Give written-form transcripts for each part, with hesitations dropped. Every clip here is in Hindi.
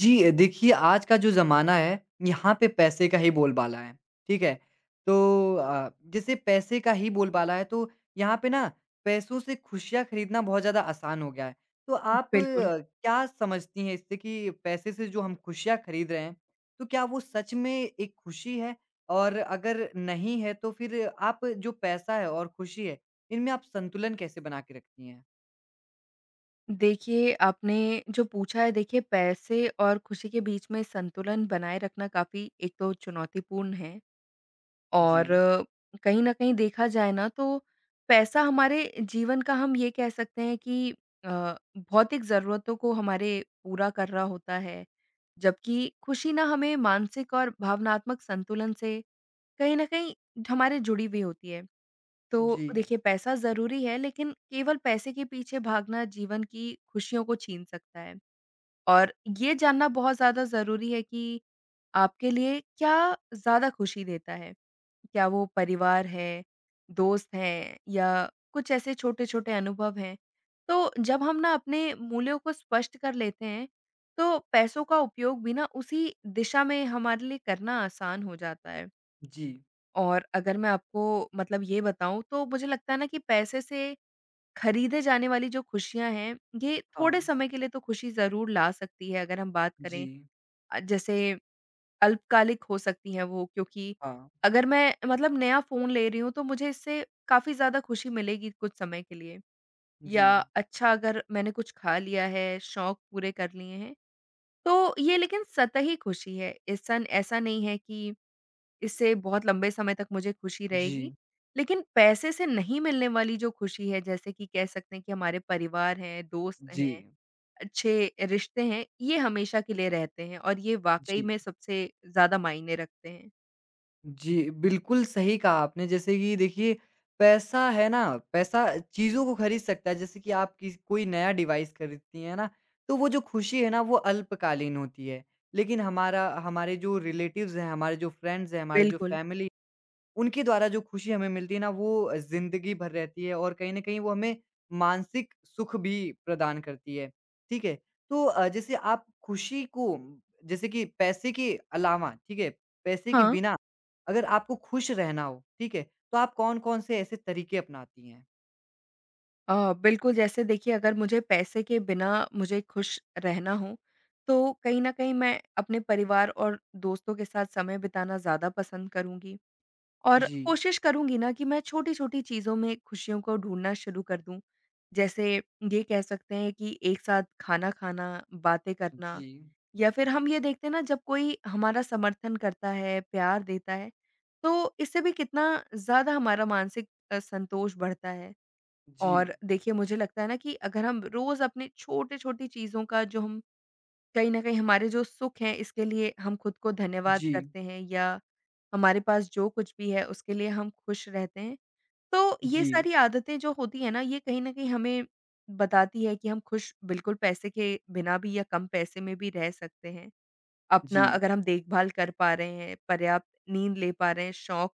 जी, देखिए आज का जो ज़माना है, यहाँ पे पैसे का ही बोलबाला है, ठीक है? तो जैसे पैसे का ही बोलबाला है तो यहाँ पे ना पैसों से खुशियाँ खरीदना बहुत ज़्यादा आसान हो गया है। तो आप बिल्कुल। क्या समझती हैं इससे कि पैसे से जो हम खुशियाँ खरीद रहे हैं, तो क्या वो सच में एक खुशी है? और अगर नहीं है तो फिर आप जो पैसा है और खुशी है, इनमें आप संतुलन कैसे बना के रखती हैं? देखिए, आपने जो पूछा है, देखिए पैसे और खुशी के बीच में संतुलन बनाए रखना काफ़ी एक तो चुनौतीपूर्ण है, जी, और कहीं न कहीं देखा जाए ना तो पैसा हमारे जीवन का, हम ये कह सकते हैं कि अ, भौतिक ज़रूरतों को हमारे पूरा कर रहा होता है। जबकि खुशी ना हमें मानसिक और भावनात्मक संतुलन से कहीं न कहीं हमारे जुड़ी हुई होती है। तो जी, देखिए, पैसा ज़रूरी है, लेकिन केवल पैसे के पीछे भागना जीवन की खुशियों को छीन सकता है। और ये जानना बहुत ज़्यादा ज़रूरी है कि आपके लिए क्या ज़्यादा खुशी देता है? क्या वो परिवार है, दोस्त हैं, या कुछ ऐसे छोटे-छोटे अनुभव हैं? तो जब हम ना अपने मूल्यों को स्पष्ट कर लेते हैं, तो पैसों का उपयोग भी ना उसी दिशा में हमारे लिए करना आसान हो जाता है। जी, और अगर मैं आपको मतलब ये बताऊँ, तो मुझे लगता है ना कि पैसे से खरीदे जाने वाली जो खुशियाँ हैं, ये थोड़े हाँ, समय के लिए तो खुशी ज़रूर ला सकती है। अगर हम बात करें, जी, जैसे अल्पकालिक हो सकती हैं वो, क्योंकि हाँ। अगर मैं मतलब नया फ़ोन ले रही हूँ, तो मुझे इससे काफ़ी ज़्यादा खुशी मिलेगी कुछ समय के लिए, जी, या अच्छा, अगर मैंने कुछ खा लिया है, शौक पूरे कर लिए हैं, तो ये लेकिन सतही खुशी है। इस सन ऐसा नहीं है कि इससे बहुत लंबे समय तक मुझे खुशी रहेगी। जी, लेकिन पैसे से नहीं मिलने वाली जो खुशी है, जैसे कि कह सकते हैं कि हमारे परिवार हैं, दोस्त जी, हैं, अच्छे रिश्ते हैं, ये हमेशा के लिए रहते हैं, और ये वाक़ई जी, में सबसे ज़्यादा मायने रखते हैं। जी, बिल्कुल सही कहा आपने। जैसे कि देखिए पैसा है ना, पैसा चीज़ों को खरीद सकता है। जैसे कि आप किस कोई नया डिवाइस खरीदती हैं ना, तो वो जो खुशी है ना वो अल्पकालीन होती है। लेकिन हमारा हमारे जो रिलेटिव्स हैं, हमारे जो फ्रेंड्स हैं, हमारे जो बिल्कुल। फैमिली उनके द्वारा जो खुशी हमें मिलती है ना वो ज़िंदगी भर रहती है और कहीं न कहीं वो हमें मानसिक सुख भी प्रदान करती है, ठीक है? तो जैसे आप खुशी को जैसे कि पैसे के अलावा, ठीक है? पैसे के हाँ। बिना अगर आपको खुश रहना हो, ठीक है? तो आप कौन-कौन से ऐसे तरीके अपनाती हैं? बिल्कुल, जैसे देखिए, अगर मुझे पैसे के बिना मुझे खुश रहना हो, तो कहीं न कहीं मैं अपने परिवार और दोस्तों के साथ समय बिताना ज़्यादा पसंद करूँगी। और जी, कोशिश करूँगी ना कि मैं छोटी-छोटी चीज़ों में खुशियों को ढूँढना शुरू कर दूँ। जैसे, ये कह सकते हैं कि एक साथ खाना खाना, बातें करना, जी, या फिर हम ये देखते हैं ना, जब कोई हमारा समर्थन करता है, प्यार देता है, तो इससे भी कितना ज़्यादा हमारा मानसिक संतोष बढ़ता है। जी, और देखिए, मुझे लगता है ना कि अगर हम रोज़ अपने छोटे-छोटी चीज़ों का, जो हम कहीं न कहीं हमारे जो सुख हैं इसके लिए हम खुद को धन्यवाद जी, करते हैं, या हमारे पास जो कुछ भी है उसके लिए हम खुश रहते हैं। तो ये जी, सारी आदतें जो होती हैं ना, ये कहीं न कहीं हमें बताती है कि हम खुश बिल्कुल पैसे के बिना भी, या कम पैसे में भी रह सकते हैं। अपना जी। अगर हम देखभाल कर पा रहे हैं, पर्याप्त नींद ले पा रहे हैं, शौक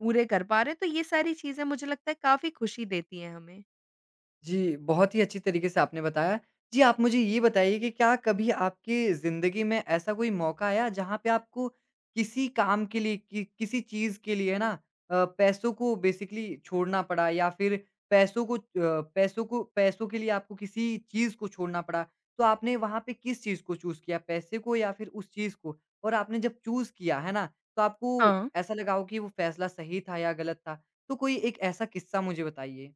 पूरे कर पा रहे हैं, तो ये सारी चीज़ें मुझे लगता है काफ़ी खुशी देती हैं हमें। जी, बहुत ही अच्छी तरीके से आपने बताया। जी, आप मुझे ये बताइए कि क्या कभी आपकी ज़िंदगी में ऐसा कोई मौका आया जहाँ पे आपको किसी काम के लिए कि किसी चीज़ के लिए है ना पैसों को बेसिकली छोड़ना पड़ा या फिर पैसों को पैसों को पैसों के लिए आपको किसी चीज़ को छोड़ना पड़ा? तो आपने वहाँ पे किस चीज़ को चूज़ किया, पैसे को या फिर उस चीज़ को? और आपने जब चूज़ किया, है ना, तो आपको हाँ। ऐसा लगा हो कि वो फ़ैसला सही था या गलत था? तो कोई एक ऐसा किस्सा मुझे बताइए।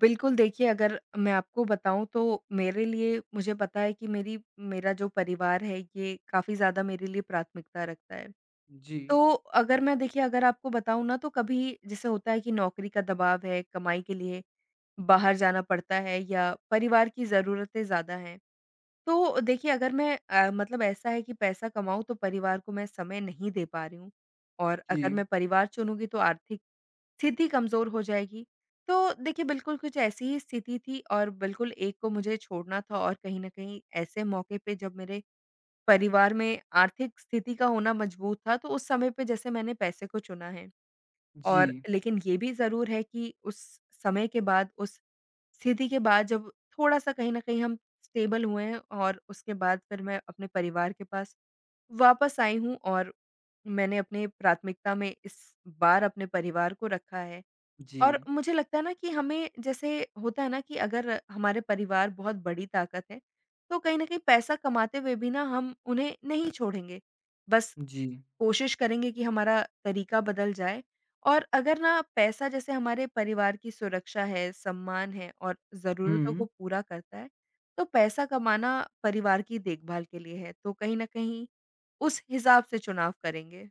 बिल्कुल, देखिए, अगर मैं आपको बताऊँ, तो मेरे लिए मुझे पता है कि मेरी मेरा जो परिवार है ये काफ़ी ज़्यादा मेरे लिए प्राथमिकता रखता है। जी, तो अगर मैं, देखिए, अगर आपको बताऊँ ना, तो कभी जैसे होता है कि नौकरी का दबाव है, कमाई के लिए बाहर जाना पड़ता है, या परिवार की ज़रूरतें ज़्यादा हैं। तो देखिए, अगर मैं मतलब ऐसा है कि पैसा कमाऊँ तो परिवार को मैं समय नहीं दे पा रही हूँ, और अगर जी। मैं परिवार चुनूँगी तो आर्थिक स्थिति कमज़ोर हो जाएगी। तो देखिए, बिल्कुल कुछ ऐसी ही स्थिति थी, और बिल्कुल एक को मुझे छोड़ना था, और कहीं न कहीं ऐसे मौके पे जब मेरे परिवार में आर्थिक स्थिति का होना मजबूत था, तो उस समय पे जैसे मैंने पैसे को चुना है। और जी, लेकिन ये भी ज़रूर है कि उस समय के बाद, उस स्थिति के बाद, जब थोड़ा-सा कहीं न कहीं हम स्टेबल हुए हैं, और उसके बाद फिर मैं अपने परिवार के पास वापस आई हूँ, और मैंने अपने प्राथमिकता में इस बार अपने परिवार को रखा है। जी, और मुझे लगता है ना कि हमें, जैसे होता है ना कि अगर हमारे परिवार बहुत बड़ी ताकत है, तो कहीं न कहीं पैसा कमाते हुए भी ना हम उन्हें नहीं छोड़ेंगे। बस जी। कोशिश करेंगे कि हमारा तरीका बदल जाए, और अगर ना पैसा जैसे हमारे परिवार की सुरक्षा है, सम्मान है, और ज़रूरतों हुँ। को पूरा करता है, तो पैसा कमाना परिवार की देखभाल के लिए है, तो कहीं न कहीं उस हिसाब से चुनाव करेंगे।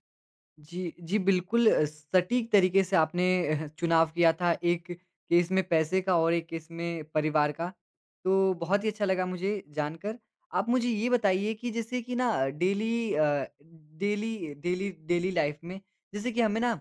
जी, जी बिल्कुल सटीक तरीके से आपने चुनाव किया था एक केस में पैसे का और एक केस में परिवार का। तो बहुत ही अच्छा लगा मुझे जानकर। आप मुझे ये बताइए कि जैसे कि ना डेली डेली लाइफ़ में जैसे कि हमें ना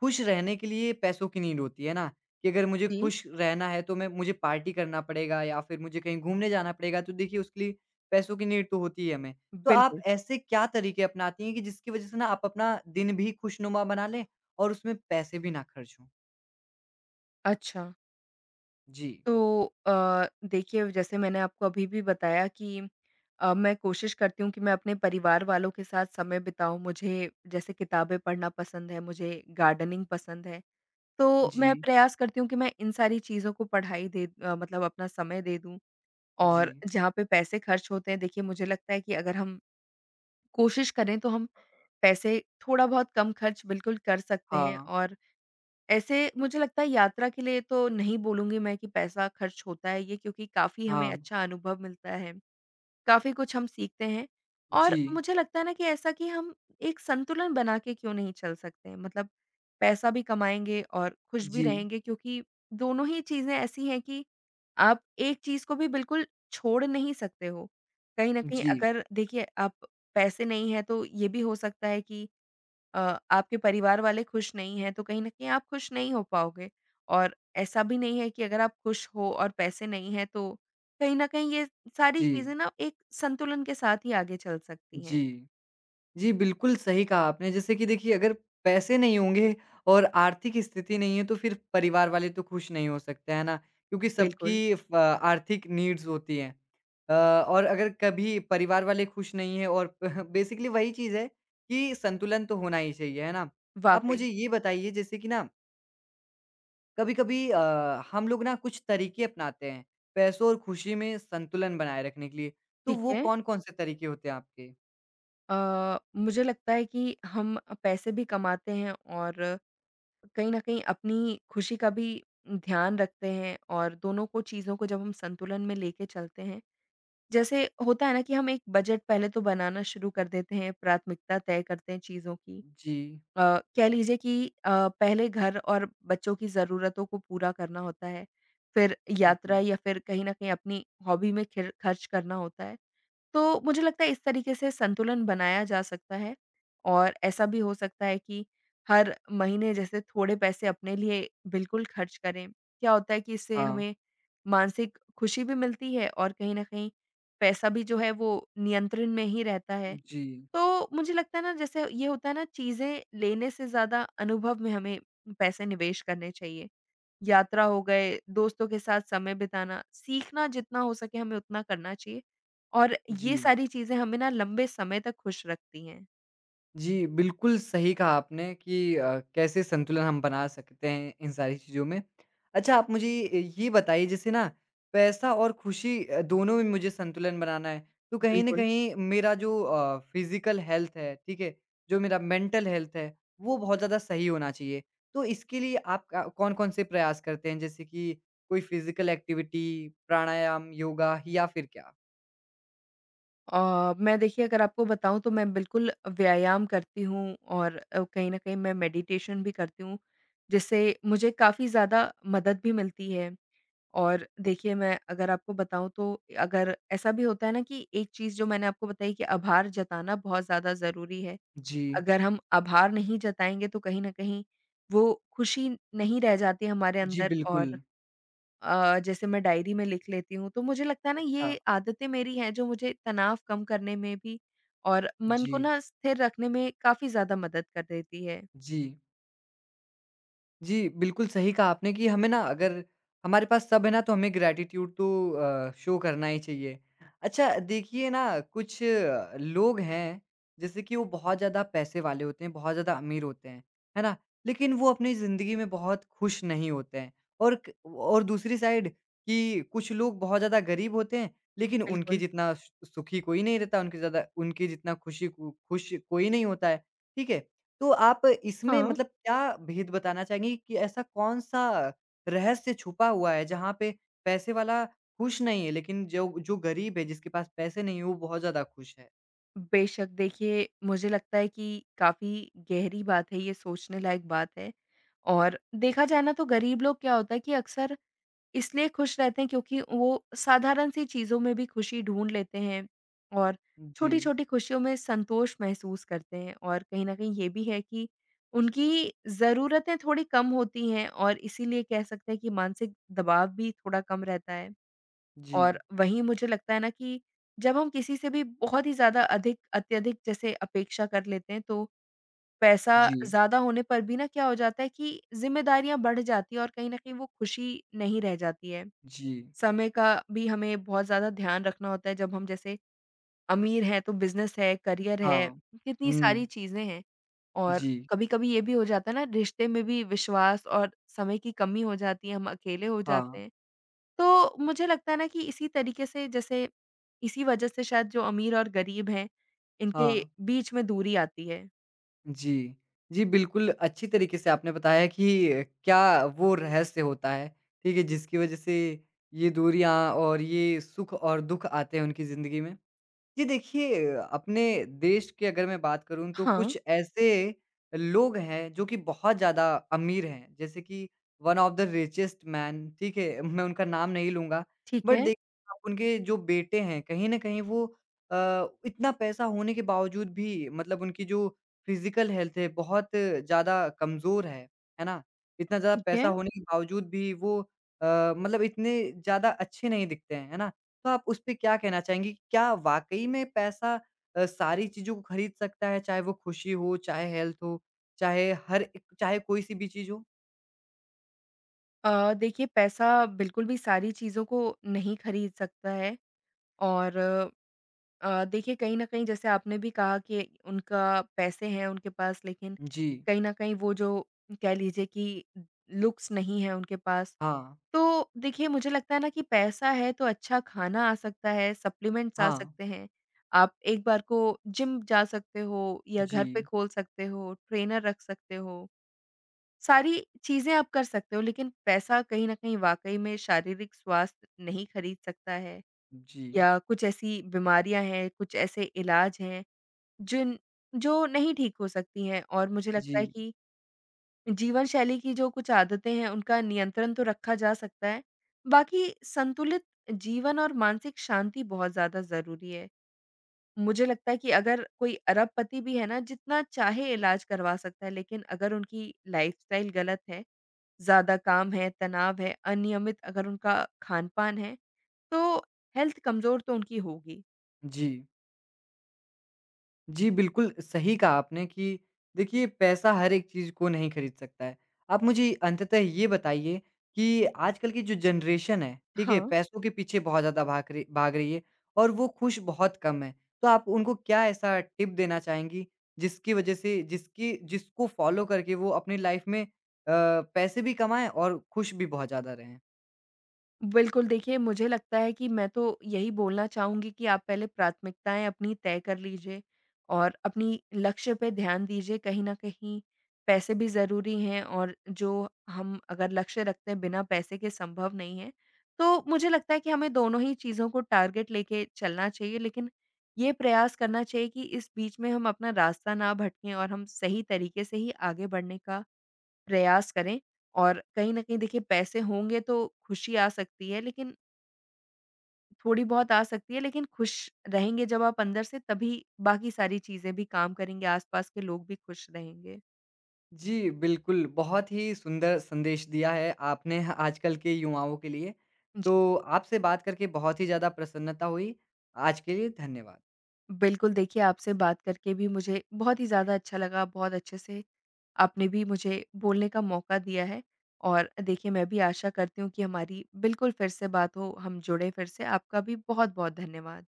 खुश रहने के लिए पैसों की नीड होती है ना, कि अगर मुझे जी, खुश रहना है तो मैं मुझे पार्टी करना पड़ेगा या फिर मुझे कहीं घूमने जाना पड़ेगा तो देखिए उसके लिए पैसों की नीड तो होती है हमें। तो आप बिल्कुल। ऐसे क्या तरीके अपनाती हैं कि जिसकी वज़ह से ना आप अपना दिन भी खुशनुमा बना लें और उसमें पैसे भी ना खर्च हों? अच्छा। जी, तो देखिए, जैसे मैंने आपको अभी भी बताया कि मैं कोशिश करती हूँ कि मैं अपने परिवार वालों के साथ समय बिताऊँ। मुझे जैसे किताबें पढ़ना पसंद है, मुझे गार्डनिंग पसंद है। तो मैं जी, प्रयास करती हूँ कि मैं इन सारी चीज़ों को पढ़ाई दे मतलब अपना समय दे दूँ। जी। और जहाँ पे पैसे खर्च होते हैं, देखिए, मुझे लगता है कि अगर हम कोशिश करें तो हम पैसे थोड़ा बहुत कम खर्च बिल्कुल कर सकते हैं। हाँ, और ऐसे मुझे लगता है, यात्रा के लिए तो नहीं बोलूँगी मैं कि पैसा खर्च होता है ये, क्योंकि काफ़ी हमें हाँ। अच्छा अनुभव मिलता है, काफ़ी कुछ हम सीखते हैं। और जी, मुझे लगता है ना, कि ऐसा कि हम एक संतुलन बना के क्यों नहीं चल सकते हैं? मतलब पैसा भी कमाएँगे और खुश भी जी, रहेंगे, क्योंकि दोनों ही चीज़ें ऐसी हैं कि आप एक चीज़ को भी बिल्कुल छोड़ नहीं सकते हो। कहीं न कहीं, जी, अगर देखिए आप पैसे नहीं हैं, तो ये भी हो सकता है कि अ, आपके परिवार वाले खुश नहीं हैं, तो कहीं न कहीं आप खुश नहीं हो पाओगे। और ऐसा भी नहीं है कि अगर आप खुश हो और पैसे नहीं हैं, तो कहीं न कहीं ये सारी चीज़ें जी, ना एक संतुलन के साथ ही आगे चल सकती हैं। जी। जी, बिल्कुल सही कहा आपने। जैसे कि देखिए अगर पैसे नहीं होंगे और आर्थिक स्थिति नहीं है तो फिर परिवार वाले तो खुश नहीं हो सकते, है ना? क्योंकि बिल्कुल। सबकी फ आर्थिक नीड्स होती हैं। और अगर कभी परिवार वाले खुश नहीं हैं और बेसिकली वही चीज़ है कि संतुलन तो होना ही चाहिए, है ना? आप वाक़ई, मुझे ये बताइए जैसे कि ना कभी-कभी हम लोग ना कुछ तरीके अपनाते हैं, पैसों और खुशी में संतुलन बनाए रखने के लिए। तो ठीक वो है। कौन-कौन से तरीके होते हैं आपके? मुझे लगता है कि हम पैसे भी कमाते हैं, और कहीं न कहीं अपनी खुशी का भी ध्यान रखते हैं, और दोनों को चीज़ों को जब हम संतुलन में लेके चलते हैं, जैसे होता है ना कि हम एक बजट पहले तो बनाना शुरू कर देते हैं, प्राथमिकता तय करते हैं चीज़ों की। जी। अ, कह लीजिए कि अ, पहले घर और बच्चों की ज़रूरतों को पूरा करना होता है, फिर जी। यात्रा, या फिर कहीं न कहीं अपनी हॉबी में खिर खर्च करना होता है। तो मुझे लगता है इस तरीके से संतुलन बनाया जा सकता है। और ऐसा भी हो सकता है कि हर महीने जैसे थोड़े पैसे अपने लिए बिल्कुल खर्च करें। क्या होता है कि इससे हाँ। हमें मानसिक खुशी भी मिलती है, और कहीं न कहीं पैसा भी जो है वो नियंत्रण में ही रहता है। जी, तो मुझे लगता है ना, जैसे ये होता है ना, चीज़ें लेने से ज़्यादा अनुभव में हमें पैसे निवेश करने चाहिए। यात्रा हो गए, दोस्तों के साथ समय बिताना, सीखना, जितना हो सके हमें उतना करना चाहिए, और ये जी। सारी चीज़ें हमें ना लंबे समय तक खुश रखती हैं। जी, बिल्कुल सही कहा आपने कि कैसे संतुलन हम बना सकते हैं इन सारी चीज़ों में। अच्छा आप मुझे ये बताइए जैसे ना पैसा और खुशी दोनों में मुझे संतुलन बनाना है, तो कहीं न बिल्कुल। कहीं मेरा जो फ़िज़िकल हेल्थ है, ठीक है? जो मेरा मेंटल हेल्थ है, वो बहुत ज़्यादा सही होना चाहिए। तो इसके लिए आप क कौन-कौन से प्रयास करते हैं? जैसे कि कोई फ़िज़िकल एक्टिविटी, प्राणायाम, योगा या फिर क्या? मैं, देखिए, अगर आपको बताऊँ, तो मैं बिल्कुल व्यायाम करती हूँ, और कहीं न कहीं मैं मेडिटेशन भी करती हूँ, जिससे मुझे काफ़ी ज़्यादा मदद भी मिलती है। और देखिए, मैं अगर आपको बताऊँ, तो अगर ऐसा भी होता है ना कि एक चीज़ जो मैंने आपको बताई, कि आभार जताना बहुत ज़्यादा ज़रूरी है। जी। अगर हम आभार नहीं जताएँगे, तो कहीं न कहीं वो खुशी नहीं रह जाती हमारे जी, अंदर। बिल्कुल। और जैसे मैं डायरी में लिख लेती हूँ, तो मुझे लगता है ना, अच्छा, ये आदतें मेरी हैं जो मुझे तनाव कम करने में भी, और मन को जी। ना स्थिर रखने में काफ़ी ज़्यादा मदद कर देती है। जी। जी, बिल्कुल सही कहा आपने कि हमें ना अगर हमारे पास सब है ना तो हमें ग्रैटिट्यूड तो शो करना ही चाहिए। अच्छा देखिए ना कुछ लोग हैं जैसे कि वो बहुत ज़्यादा पैसे वाले होते हैं, बहुत ज़्यादा अमीर होते हैं, है ना? लेकिन वो अपनी ज़िंदगी में बहुत खुश नहीं होते हैं और क और दूसरी साइड कि कुछ लोग बहुत ज़्यादा गरीब होते हैं लेकिन उनके बिल्कुल। जितना सु सुखी कोई नहीं रहता, उनके ज़्यादा उनके जितना खुशी कु खुश कोई नहीं होता है, ठीक है? तो आप इसमें हाँ। मतलब क्या भेद बताना चाहेंगी कि ऐसा कौन-सा रहस्य छुपा हुआ है, जहाँ पे पैसे वाला खुश नहीं है, लेकिन जो जो गरीब है, जिसके पास पैसे नहीं है, वो बहुत ज़्यादा खुश है? बेशक, देखिए, मुझे लगता है कि काफ़ी गहरी बात है, ये सोचने लायक बात है। और देखा जाए ना, तो गरीब लोग क्या होता है कि अक्सर इसलिए खुश रहते हैं, क्योंकि वो साधारण-सी चीज़ों में भी खुशी ढूँढ लेते हैं, और जी, छोटी-छोटी खुशियों में संतोष महसूस करते हैं। और कहीं न कहीं ये भी है कि उनकी ज़रूरतें थोड़ी कम होती हैं, और इसीलिए कह सकते हैं कि मानसिक दबाव भी थोड़ा कम रहता है। जी, और वहीं मुझे लगता है ना कि जब हम किसी से भी बहुत ही ज़्यादा अधिक अत्यधिक जैसे अपेक्षा कर लेते हैं, तो पैसा जी, ज़्यादा होने पर भी ना, क्या हो जाता है कि ज़िम्मेदारियाँ बढ़ जाती हैं, और कहीं न कहीं वो खुशी नहीं रह जाती है। जी, समय का भी हमें बहुत ज़्यादा ध्यान रखना होता है, जब हम जैसे अमीर हैं, तो बिज़नेस है, करियर है, हाँ। कितनी सारी हुँ, चीज़ें हैं। और जी, कभी-कभी ये भी हो जाता है ना, रिश्ते में भी विश्वास और समय की कमी हो जाती है, हम अकेले हो हाँ, जाते हैं। तो मुझे लगता है ना कि इसी तरीके से, जैसे इसी वजह से शायद जो अमीर और गरीब हैं, इनके हाँ, बीच में दूरी आती है। जी। जी, बिल्कुल अच्छी तरीके से आपने बताया कि क्या वो रहस्य होता है, ठीक है, जिसकी वजह से ये दूरियाँ और ये सुख और दुःख आते हैं उनकी ज़िंदगी में। जी देखिए, अपने देश की अगर मैं बात करूँ तो हाँ, कुछ ऐसे लोग हैं जो कि बहुत ज़्यादा अमीर हैं, जैसे कि one of the richest man ठीक है? मैं उनका नाम नहीं लूँगा। ठीक बट है, देखिए आप उनके जो बेटे हैं कहीं न कहीं वो इतना पैसा होने के बावजूद भी मतलब उनकी जो फिज़िकल हेल्थ है बहुत ज़्यादा कमज़ोर है ना? इतना ज़्यादा ठीक पैसा है। होने के बावजूद भी वो मतलब इतने ज़्यादा अच्छे नहीं दिखते हैं, है ना? तो आप उस पे क्या कहना चाहेंगी कि क्या वाक़ई में पैसा सारी चीज़ों को खरीद सकता है, चाहे वो खुशी हो, चाहे हेल्थ हो, चाहे हर एक चाहे कोई-सी भी चीज़ हो? देखिए, पैसा बिल्कुल भी सारी चीज़ों को नहीं खरीद सकता है। और देखिए, कहीं न कहीं जैसे आपने भी कहा कि उनका पैसे हैं उनके पास, लेकिन जी। कहीं न कहीं वो जो कह लीजिए कि लुक्स नहीं है उनके पास, हाँ, तो देखिए, मुझे लगता है ना कि पैसा है तो अच्छा खाना आ सकता है, सप्लीमेंट्स आ हाँ। सकते हैं। आप एक बार को जिम जा सकते हो, या घर पे जी, खोल सकते हो, ट्रेनर रख सकते हो। सारी चीज़ें आप कर सकते हो, लेकिन पैसा कहीं न कहीं वाक़ई में शारीरिक स्वास्थ्य नहीं खरीद सकता है, जी, या कुछ ऐसी बीमारियाँ हैं, कुछ ऐसे इलाज हैं जिन जो नहीं ठीक हो सकती हैं। और मुझे लगता है जी, कि जीवन शैली की जो कुछ आदतें हैं, उनका नियंत्रण तो रखा जा सकता है। बाकी संतुलित जीवन और मानसिक शांति बहुत ज़्यादा ज़रूरी है। मुझे लगता है कि अगर कोई अरबपति भी है ना, जितना चाहे इलाज करवा सकता है, लेकिन अगर उनकी लाइफ़स्टाइल गलत है, ज़्यादा काम है, तनाव है, अनियमित अगर उनका खान-पान है, तो हेल्थ कमज़ोर तो उनकी होगी। जी। जी, बिल्कुल सही कहा आपने कि देखिए पैसा हर एक चीज़ को नहीं खरीद सकता है। आप मुझे अंततः ये बताइए कि आजकल की जो जनरेशन है, ठीक है? हाँ। पैसों के पीछे बहुत ज़्यादा भाग रही है और वो खुश बहुत कम है। तो आप उनको क्या ऐसा टिप देना चाहेंगी जिसकी वज़ह से जिसकी जिसको फ़ॉलो करके वो अपनी लाइफ़ में अ, पैसे भी कमाएँ और खुश भी बहुत ज़्यादा रहें? बिल्कुल, देखिए, मुझे लगता है कि मैं तो यही बोलना चाहूँगी कि आप पहले प्राथमिकताएँ अपनी तय कर लीजिए, और अपनी लक्ष्य पे ध्यान दीजिए। कहीं न कहीं पैसे भी ज़रूरी हैं, और जो हम अगर लक्ष्य रखते हैं बिना पैसे के संभव नहीं है। तो मुझे लगता है कि हमें दोनों ही चीज़ों को टारगेट लेके चलना चाहिए, लेकिन ये प्रयास करना चाहिए कि इस बीच में हम अपना रास्ता ना भटकें, और हम सही तरीके से ही आगे बढ़ने का प्रयास करें। और कहीं न कहीं, देखिए, पैसे होंगे तो खुशी आ सकती है, लेकिन थोड़ी-बहुत आ सकती है, लेकिन खुश रहेंगे जब आप अंदर से, तभी बाकी सारी चीज़ें भी काम करेंगे, आस-पास के लोग भी खुश रहेंगे। जी, बिल्कुल, बहुत ही सुंदर संदेश दिया है आपने आजकल के युवाओं के लिए। जी। तो आपसे बात करके बहुत ही ज़्यादा प्रसन्नता हुई। आज के लिए धन्यवाद। बिल्कुल, देखिए, आपसे बात करके भी मुझे बहुत ही ज़्यादा अच्छा लगा, बहुत अच्छे से आपने भी मुझे बोलने का मौका दिया है। और देखिए, मैं भी आशा करती हूँ कि हमारी बिल्कुल फिर से बात हो, हम जुड़ें फिर से। आपका भी बहुत-बहुत धन्यवाद।